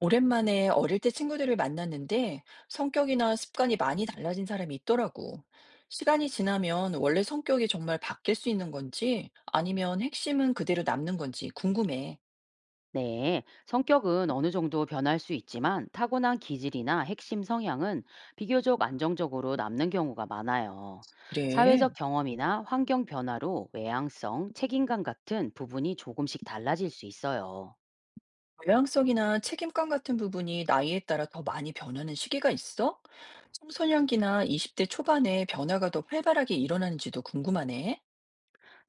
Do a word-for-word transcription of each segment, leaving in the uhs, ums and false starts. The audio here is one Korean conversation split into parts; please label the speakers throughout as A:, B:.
A: 오랜만에 어릴 때 친구들을 만났는데 성격이나 습관이 많이 달라진 사람이 있더라고. 시간이 지나면 원래 성격이 정말 바뀔 수 있는 건지 아니면 핵심은 그대로 남는 건지 궁금해.
B: 네, 성격은 어느 정도 변할 수 있지만 타고난 기질이나 핵심 성향은 비교적 안정적으로 남는 경우가 많아요.
A: 그래.
B: 사회적 경험이나 환경 변화로 외향성, 책임감 같은 부분이 조금씩 달라질 수 있어요.
A: 모양성이나 책임감 같은 부분이 나이에 따라 더 많이 변하는 시기가 있어? 청소년기나 이십 대 초반에 변화가 더 활발하게 일어나는지도 궁금하네.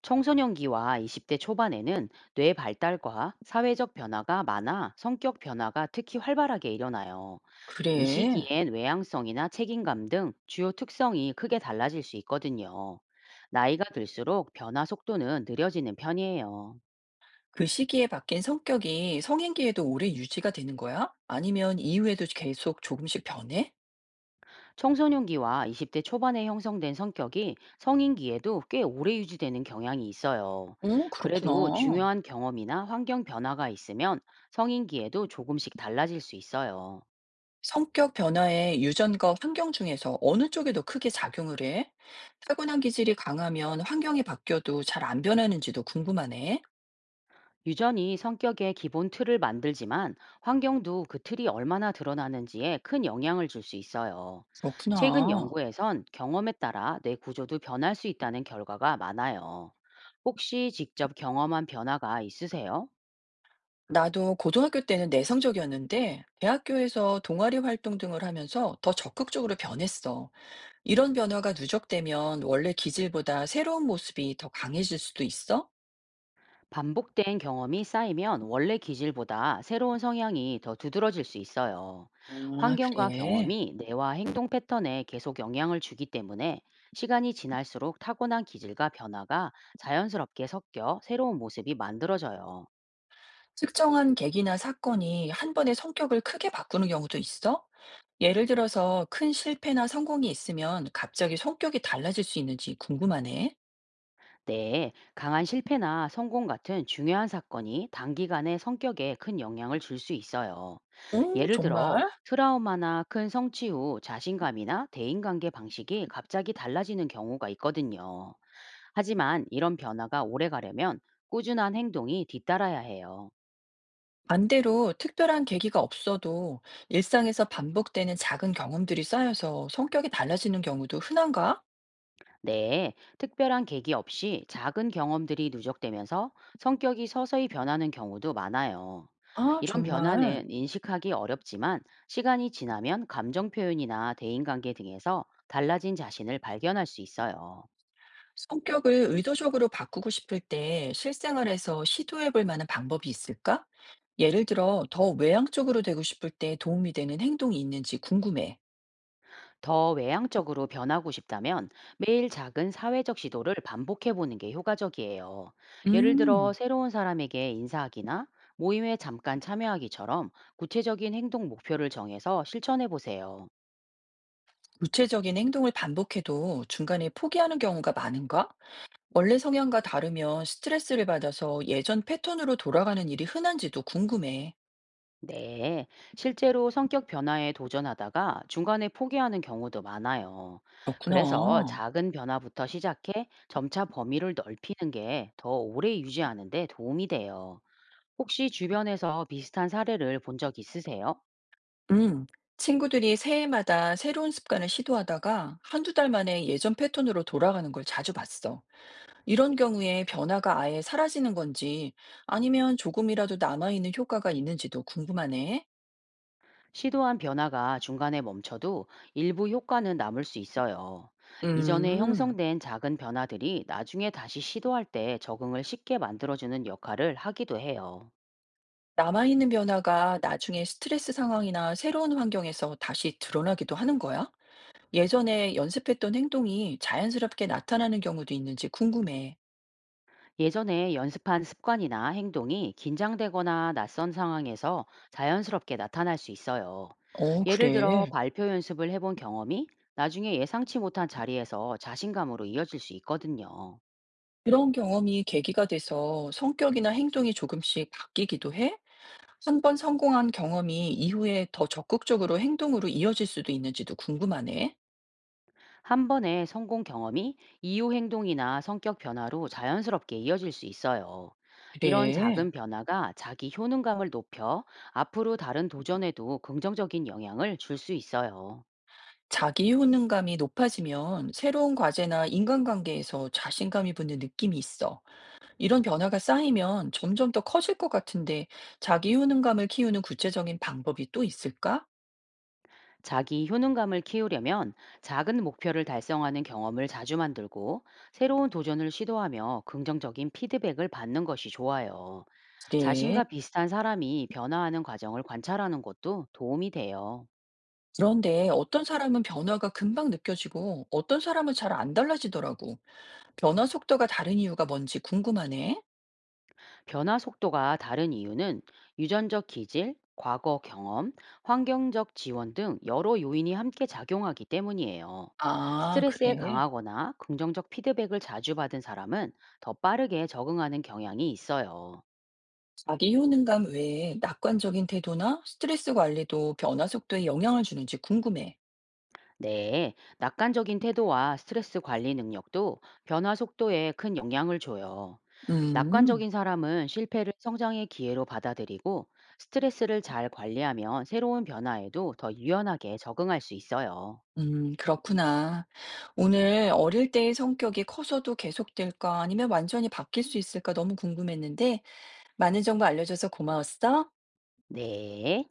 B: 청소년기와 이십 대 초반에는 뇌 발달과 사회적 변화가 많아 성격 변화가 특히 활발하게 일어나요. 이
A: 그래.
B: 시기엔 외향성이나 책임감 등 주요 특성이 크게 달라질 수 있거든요. 나이가 들수록 변화 속도는 느려지는 편이에요.
A: 그 시기에 바뀐 성격이 성인기에도 오래 유지가 되는 거야? 아니면 이후에도 계속 조금씩 변해?
B: 청소년기와 이십 대 초반에 형성된 성격이 성인기에도 꽤 오래 유지되는 경향이 있어요.
A: 어,
B: 그래도
A: 그렇구나.
B: 중요한 경험이나 환경 변화가 있으면 성인기에도 조금씩 달라질 수 있어요.
A: 성격 변화에 유전과 환경 중에서 어느 쪽에 더 크게 작용을 해? 타고난 기질이 강하면 환경이 바뀌어도 잘 안 변하는지도 궁금하네.
B: 유전이 성격의 기본 틀을 만들지만 환경도 그 틀이 얼마나 드러나는지에 큰 영향을 줄 수 있어요. 최근
A: 그렇구나.
B: 연구에선 경험에 따라 뇌 구조도 변할 수 있다는 결과가 많아요. 혹시 직접 경험한 변화가 있으세요?
A: 나도 고등학교 때는 내성적이었는데, 대학교에서 동아리 활동 등을 하면서 더 적극적으로 변했어. 이런 변화가 누적되면 원래 기질보다 새로운 모습이 더 강해질 수도 있어?
B: 반복된 경험이 쌓이면 원래 기질보다 새로운 성향이 더 두드러질 수 있어요.
A: 아,
B: 환경과
A: 그래.
B: 경험이 뇌와 행동 패턴에 계속 영향을 주기 때문에 시간이 지날수록 타고난 기질과 변화가 자연스럽게 섞여 새로운 모습이 만들어져요.
A: 특정한 계기나 사건이 한 번에 성격을 크게 바꾸는 경우도 있어? 예를 들어서 큰 실패나 성공이 있으면 갑자기 성격이 달라질 수 있는지 궁금하네.
B: 네, 강한 실패나 성공 같은 중요한 사건이 단기간에 성격에 큰 영향을 줄 수 있어요.
A: 오,
B: 예를 들어,
A: 정말?
B: 트라우마나 큰 성취 후 자신감이나 대인관계 방식이 갑자기 달라지는 경우가 있거든요. 하지만 이런 변화가 오래 가려면 꾸준한 행동이 뒤따라야 해요.
A: 반대로 특별한 계기가 없어도 일상에서 반복되는 작은 경험들이 쌓여서 성격이 달라지는 경우도 흔한가?
B: 네, 특별한 계기 없이 작은 경험들이 누적되면서 성격이 서서히 변하는 경우도 많아요.
A: 아,
B: 이런
A: 정말.
B: 변화는 인식하기 어렵지만 시간이 지나면 감정 표현이나 대인관계 등에서 달라진 자신을 발견할 수 있어요.
A: 성격을 의도적으로 바꾸고 싶을 때 실생활에서 시도해 볼 만한 방법이 있을까? 예를 들어, 더 외향적으로 되고 싶을 때 도움이 되는 행동이 있는지 궁금해.
B: 더 외향적으로 변하고 싶다면 매일 작은 사회적 시도를 반복해 보는 게 효과적이에요. 예를 들어
A: 음,
B: 새로운 사람에게 인사하기나 모임에 잠깐 참여하기처럼 구체적인 행동 목표를 정해서 실천해 보세요.
A: 구체적인 행동을 반복해도 중간에 포기하는 경우가 많은가? 원래 성향과 다르면 스트레스를 받아서 예전 패턴으로 돌아가는 일이 흔한지도 궁금해.
B: 네, 실제로 성격 변화에 도전하다가 중간에 포기하는 경우도 많아요.
A: 그렇구나.
B: 그래서 작은 변화부터 시작해 점차 범위를 넓히는 게 더 오래 유지하는 데 도움이 돼요. 혹시 주변에서 비슷한 사례를 본 적 있으세요?
A: 음, 친구들이 새해마다 새로운 습관을 시도하다가 한두 달 만에 예전 패턴으로 돌아가는 걸 자주 봤어. 이런 경우에 변화가 아예 사라지는 건지 아니면 조금이라도 남아있는 효과가 있는지도 궁금하네.
B: 시도한 변화가 중간에 멈춰도 일부 효과는 남을 수 있어요. 이전에
A: 음,
B: 형성된 작은 변화들이 나중에 다시 시도할 때 적응을 쉽게 만들어주는 역할을 하기도 해요.
A: 남아있는 변화가 나중에 스트레스 상황이나 새로운 환경에서 다시 드러나기도 하는 거야? 예전에 연습했던 행동이 자연스럽게 나타나는 경우도 있는지 궁금해.
B: 예전에 연습한 습관이나 행동이 긴장되거나 낯선 상황에서 자연스럽게 나타날 수 있어요.
A: 어,
B: 예를 들어
A: 그래.
B: 발표 연습을 해본 경험이 나중에 예상치 못한 자리에서 자신감으로 이어질 수 있거든요.
A: 그런 경험이 계기가 돼서 성격이나 행동이 조금씩 바뀌기도 해? 한 번 성공한 경험이 이후에 더 적극적으로 행동으로 이어질 수도 있는지도 궁금하네.
B: 한 번의 성공 경험이 이후 행동이나 성격 변화로 자연스럽게 이어질 수 있어요. 이런 작은
A: 그래.
B: 변화가 자기 효능감을 높여 앞으로 다른 도전에도 긍정적인 영향을 줄 수 있어요.
A: 자기 효능감이 높아지면 새로운 과제나 인간관계에서 자신감이 붙는 느낌이 있어. 이런 변화가 쌓이면 점점 더 커질 것 같은데 자기 효능감을 키우는 구체적인 방법이 또 있을까?
B: 자기 효능감을 키우려면 작은 목표를 달성하는 경험을 자주 만들고 새로운 도전을 시도하며 긍정적인 피드백을 받는 것이 좋아요.
A: 그래.
B: 자신과 비슷한 사람이 변화하는 과정을 관찰하는 것도 도움이 돼요.
A: 그런데 어떤 사람은 변화가 금방 느껴지고 어떤 사람은 잘 안 달라지더라고. 변화 속도가 다른 이유가 뭔지 궁금하네.
B: 변화 속도가 다른 이유는 유전적 기질, 과거 경험, 환경적 지원 등 여러 요인이 함께 작용하기 때문이에요.
A: 아,
B: 스트레스에
A: 그래.
B: 강하거나 긍정적 피드백을 자주 받은 사람은 더 빠르게 적응하는 경향이 있어요.
A: 자기 효능감 외에 낙관적인 태도나 스트레스 관리도 변화 속도에 영향을 주는지 궁금해.
B: 네, 낙관적인 태도와 스트레스 관리 능력도 변화 속도에 큰 영향을 줘요.
A: 음.
B: 낙관적인 사람은 실패를 성장의 기회로 받아들이고 스트레스를 잘 관리하면 새로운 변화에도 더 유연하게 적응할 수 있어요.
A: 음 그렇구나. 오늘 "어릴 때의 성격이 커서도 계속될까? 아니면 완전히 바뀔 수 있을까?" 너무 궁금했는데 많은 정보 알려줘서 고마웠어.
B: 네.